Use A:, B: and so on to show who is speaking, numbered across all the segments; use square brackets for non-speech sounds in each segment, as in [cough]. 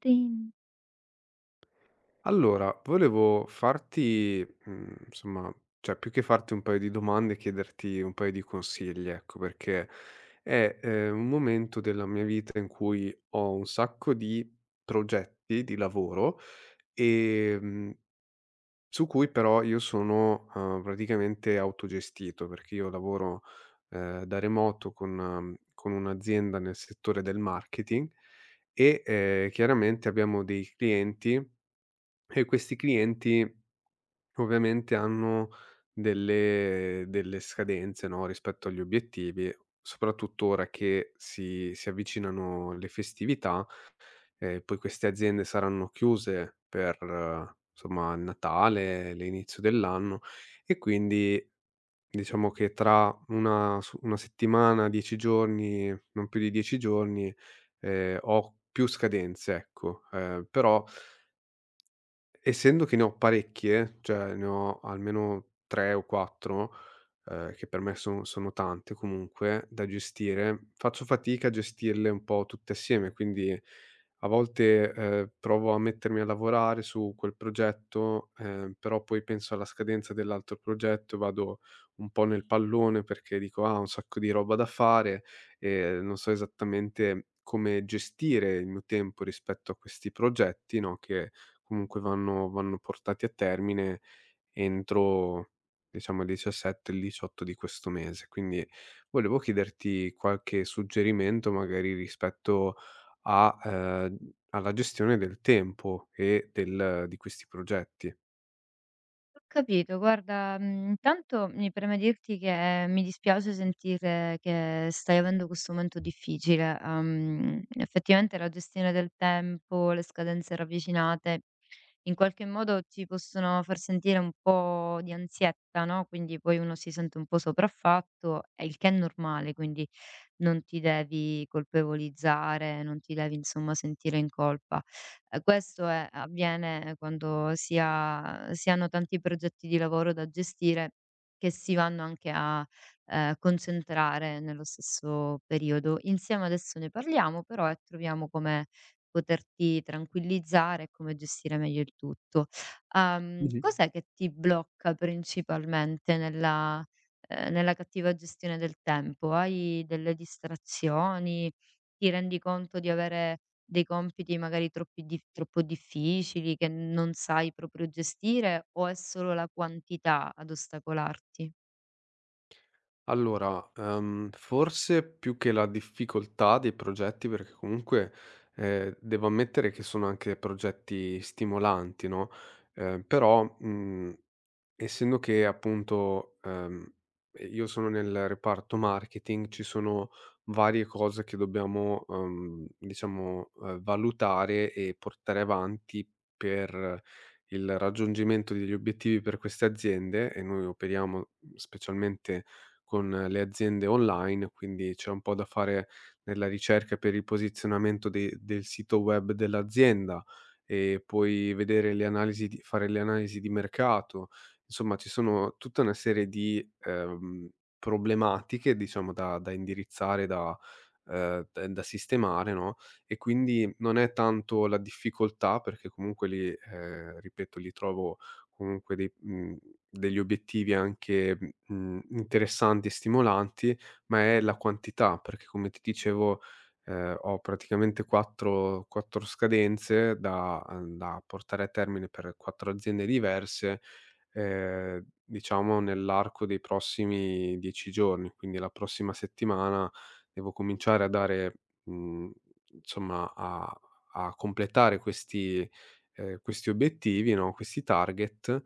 A: Tin.
B: Allora, volevo farti, insomma, cioè più che farti un paio di domande, chiederti un paio di consigli, ecco, perché è, un momento della mia vita in cui ho un sacco di progetti di lavoro, ehm, su cui però io sono, praticamente autogestito, perché io lavoro, da remoto con un'azienda nel settore del marketing e, chiaramente abbiamo dei clienti e questi clienti ovviamente hanno delle scadenze, no, rispetto agli obiettivi, soprattutto ora che si avvicinano le festività, poi queste aziende saranno chiuse per, insomma, il Natale, l'inizio dell'anno e quindi diciamo che tra una settimana, 10 giorni, non più di 10 giorni, ho più scadenze, ecco. Però, essendo che ne ho parecchie, cioè ne ho almeno 3 o 4, che per me sono tante comunque da gestire, faccio fatica a gestirle un po' tutte assieme, quindi a volte, provo a mettermi a lavorare su quel progetto, però poi penso alla scadenza dell'altro progetto e vado un po' nel pallone perché dico: "Ah, ho un sacco di roba da fare e non so esattamente come gestire il mio tempo rispetto a questi progetti", no, che comunque vanno portati a termine entro diciamo il 17 il 18 di questo mese. Quindi volevo chiederti qualche suggerimento magari rispetto a, alla gestione del tempo e del di questi progetti.
A: Ho capito, guarda, intanto mi preme dirti che mi dispiace sentire che stai avendo questo momento difficile. Effettivamente la gestione del tempo, le scadenze ravvicinate in qualche modo ti possono far sentire un po' di ansietta, no, quindi poi uno si sente un po' sopraffatto, e il che è normale, quindi non ti devi colpevolizzare, non ti devi insomma sentire in colpa. Questo è avviene quando si hanno tanti progetti di lavoro da gestire, che si vanno anche a, concentrare nello stesso periodo. Insieme adesso ne parliamo, però e troviamo come poterti tranquillizzare e come gestire meglio il tutto. Cos'è che ti blocca principalmente nella nella cattiva gestione del tempo? Hai delle distrazioni? Ti rendi conto di avere dei compiti magari troppi dif troppo difficili che non sai proprio gestire, o è solo la quantità ad ostacolarti?
B: Allora, forse più che la difficoltà dei progetti, perché comunque, devo ammettere che sono anche progetti stimolanti, no, però, mhmm essendo che appunto, io sono nel reparto marketing, ci sono varie cose che dobbiamo, diciamo, valutare e portare avanti per il raggiungimento degli obiettivi per queste aziende e noi operiamo specialmente con le aziende online, quindi c'è un po' da fare nella ricerca per il posizionamento de del sito web dell'azienda e poi vedere le analisi di fare le analisi di mercato. Insomma, ci sono tutta una serie di, problematiche, diciamo, da indirizzare, da sistemare, no, e quindi non è tanto la difficoltà, perché comunque lì, ripeto, lì trovo comunque degli obiettivi anche, interessanti e stimolanti, ma è la quantità, perché come ti dicevo, ho praticamente 4 scadenze da portare a termine per 4 aziende diverse diciamo nell'arco dei prossimi 10 giorni, quindi la prossima settimana devo cominciare a dare, mhmm, insomma a completare questi questi obiettivi, no, questi target,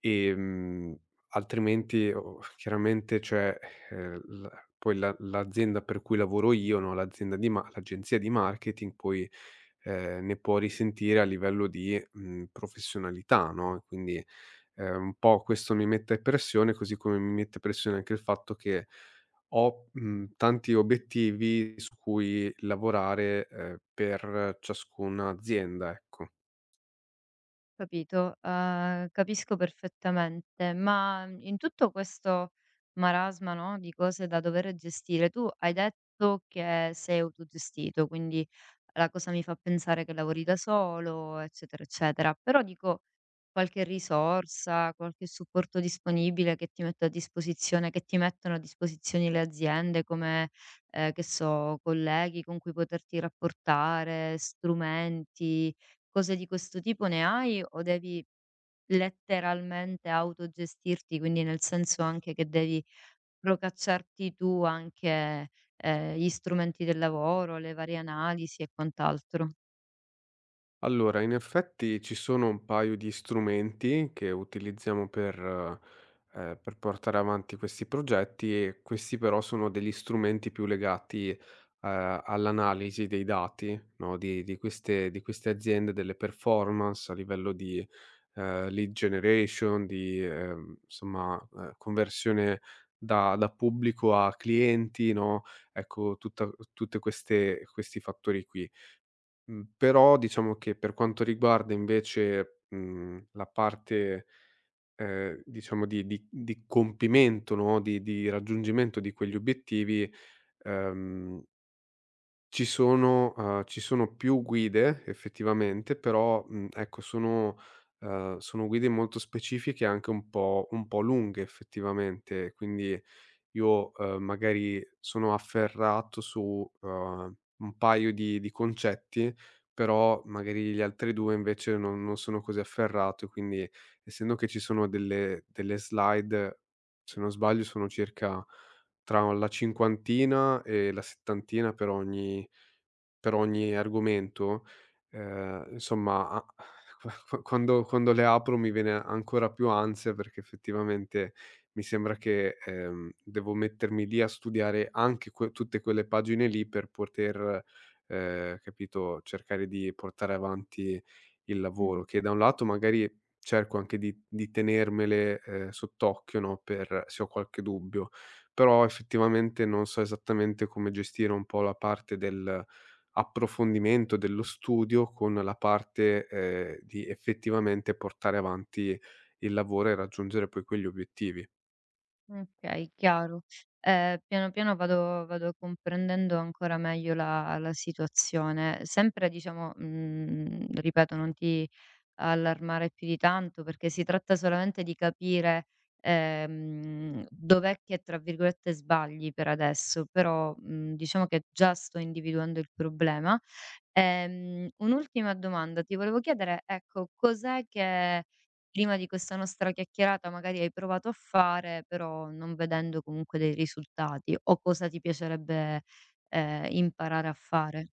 B: ehm, altrimenti o chiaramente cioè, l poi la l'azienda per cui lavoro io, no, l'agenzia di marketing poi, ne può risentire a livello di, professionalità, no, e quindi un po' questo mi mette pressione, così come mi mette pressione anche il fatto che ho, tanti obiettivi su cui lavorare, per ciascuna azienda, ecco.
A: Capito, capisco perfettamente, ma in tutto questo marasma, no, di cose da dover gestire, tu hai detto che sei autogestito, quindi la cosa mi fa pensare che lavori da solo, eccetera, eccetera. Però dico, qualche risorsa, qualche supporto disponibile che ti mettono a disposizione le aziende, come, che so, colleghi con cui poterti rapportare, strumenti. Cose di questo tipo ne hai, o devi letteralmente autogestirti, quindi nel senso anche che devi procacciarti tu anche, gli strumenti del lavoro, le varie analisi e quant'altro?
B: Allora, in effetti ci sono un paio di strumenti che utilizziamo per portare avanti questi progetti e questi però sono degli strumenti più legati, all'analisi dei dati, no, di queste aziende, delle performance a livello di, lead generation, di, insomma, conversione da pubblico a clienti, no? Ecco, tutti questi fattori qui. Però diciamo che per quanto riguarda invece, la parte, diciamo di compimento, no, di raggiungimento di quegli obiettivi, ehm, ci sono più guide effettivamente, però, ecco sono guide molto specifiche e anche un po' lunghe effettivamente, quindi io, magari sono afferrato su, un paio di concetti, però magari gli altri 2 invece non sono così afferrato, quindi essendo che ci sono delle slide, se non sbaglio sono circa tra la cinquantina e la settantina per ogni argomento, insomma a [laughs] quando le apro mi viene ancora più ansia perché effettivamente mi sembra che, devo mettermi lì a studiare anche que tutte quelle pagine lì per poter, capito, cercare di portare avanti il
A: Mh,
B: lavoro, che da un lato magari cerco anche di tenermele, sott'occhio, no, per se ho qualche dubbio, però effettivamente non so esattamente come gestire un po' la parte del approfondimento dello studio con la parte, di effettivamente portare avanti il lavoro e raggiungere poi quegli obiettivi.
A: okay, chiaro. Piano piano vado comprendendo ancora meglio la situazione. Sempre diciamo, mhmm, ripeto, non ti allarmare più di tanto, perché si tratta solamente di capire, dov'è che, tra virgolette, "sbagli" per adesso, però, mhmm, diciamo che già sto individuando il problema. Un'ultima domanda, ti volevo chiedere, ecco, cos'è che prima di questa nostra chiacchierata magari hai provato a fare, però non vedendo comunque dei risultati, o cosa ti piacerebbe, imparare a fare?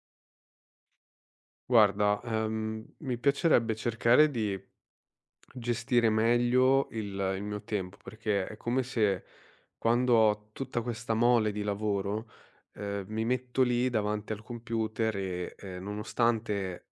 B: Guarda, mi piacerebbe cercare di gestire meglio il mio tempo, perché è come se quando ho tutta questa mole di lavoro, mi metto lì davanti al computer e, nonostante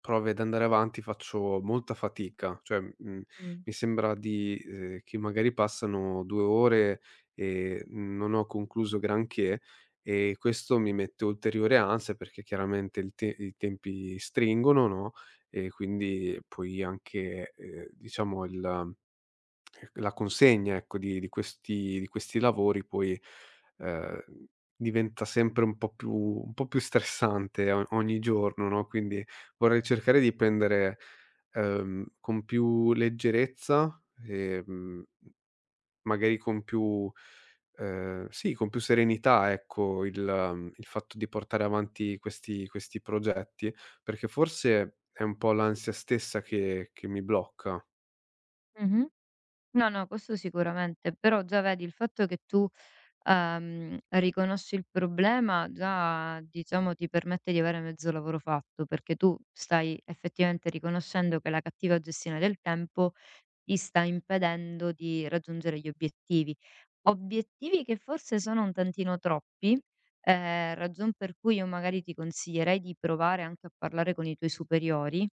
B: prove ad andare avanti faccio molta fatica, cioè,
A: Mh.
B: mi sembra di che magari passano 2 ore e non ho concluso granché e questo mi mette ulteriore ansia perché chiaramente il te i tempi stringono, no, e quindi poi anche, diciamo il la consegna, ecco, di questi lavori poi, ehm, diventa sempre un po' più stressante o ogni giorno, no, quindi vorrei cercare di prendere, con più leggerezza, ehm, magari con più sì, con più serenità, ecco, il fatto di portare avanti questi progetti, perché forse è un po' l'ansia stessa che mi blocca.
A: Mh-mh. No, no, questo sicuramente, però già vedi il fatto che tu, riconosci il problema già, diciamo, ti permette di avere mezzo lavoro fatto, perché tu stai effettivamente riconoscendo che la cattiva gestione del tempo ti sta impedendo di raggiungere gli obiettivi. Obiettivi che forse sono un tantino troppi, ragion per cui io magari ti consiglierei di provare anche a parlare con i tuoi superiori,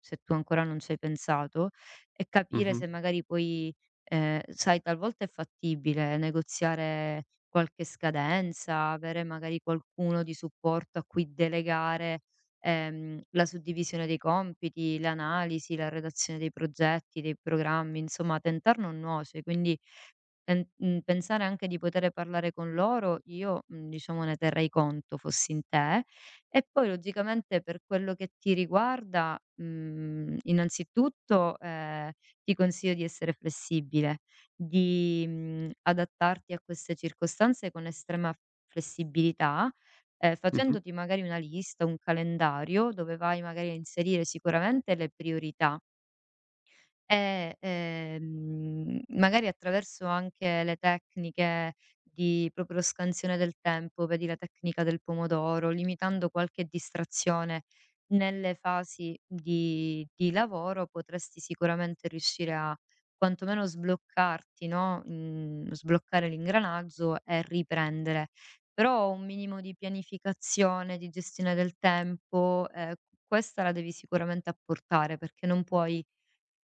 A: se tu ancora non ci hai pensato, e capire
B: Mh-mh,
A: se magari puoi sai, talvolta è fattibile negoziare qualche scadenza, avere magari qualcuno di supporto a cui delegare la suddivisione dei compiti, l'analisi, la redazione dei progetti, dei programmi, insomma tentar non nuoce, quindi pensare anche di poter parlare con loro, io, mhmm, diciamo ne terrei conto fossi in te. E poi logicamente per quello che ti riguarda, mhmm, innanzitutto, ti consiglio di essere flessibile, di, mhmm, adattarti a queste circostanze con estrema flessibilità,
B: mh-mh,
A: facendoti magari una lista, un calendario dove vai magari a inserire sicuramente le priorità e, magari attraverso anche le tecniche di proprio scansione del tempo, vedi la tecnica del pomodoro, limitando qualche distrazione nelle fasi di lavoro, potresti sicuramente riuscire a quantomeno sbloccarti, no, mhmm, sbloccare l'ingranaggio e riprendere. Però un minimo di pianificazione, di gestione del tempo, questa la devi sicuramente apportare, perché non puoi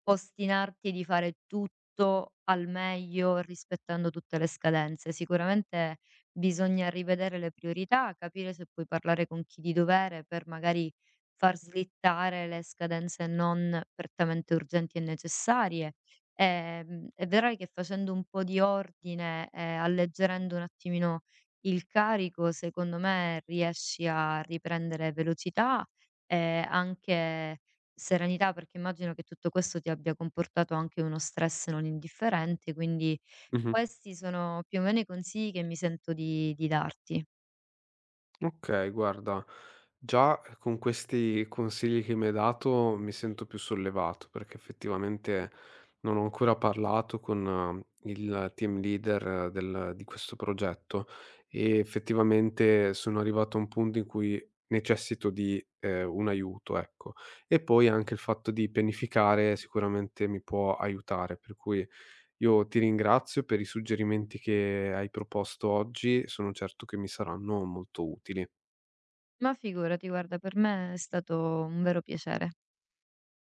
A: ostinarti di fare tutto al meglio rispettando tutte le scadenze. Sicuramente bisogna rivedere le priorità, capire se puoi parlare con chi di dovere per magari far slittare le scadenze non prettamente urgenti e necessarie. E vedrai che facendo un po' di ordine e alleggerendo un attimino il carico, secondo me riesci a riprendere velocità e anche serenità, perché immagino che tutto questo ti abbia comportato anche uno stress non indifferente, quindi
B: mh-mh.
A: questi sono più o meno i consigli che mi sento di darti.
B: Okay, guarda, già con questi consigli che mi hai dato mi sento più sollevato, perché effettivamente non ho ancora parlato con il team leader del di questo progetto e effettivamente sono arrivato a un punto in cui necessito di, un aiuto, ecco. E poi anche il fatto di pianificare sicuramente mi può aiutare, per cui io ti ringrazio per i suggerimenti che hai proposto oggi, sono certo che mi saranno molto utili.
A: Ma figurati, guarda, per me è stato un vero piacere.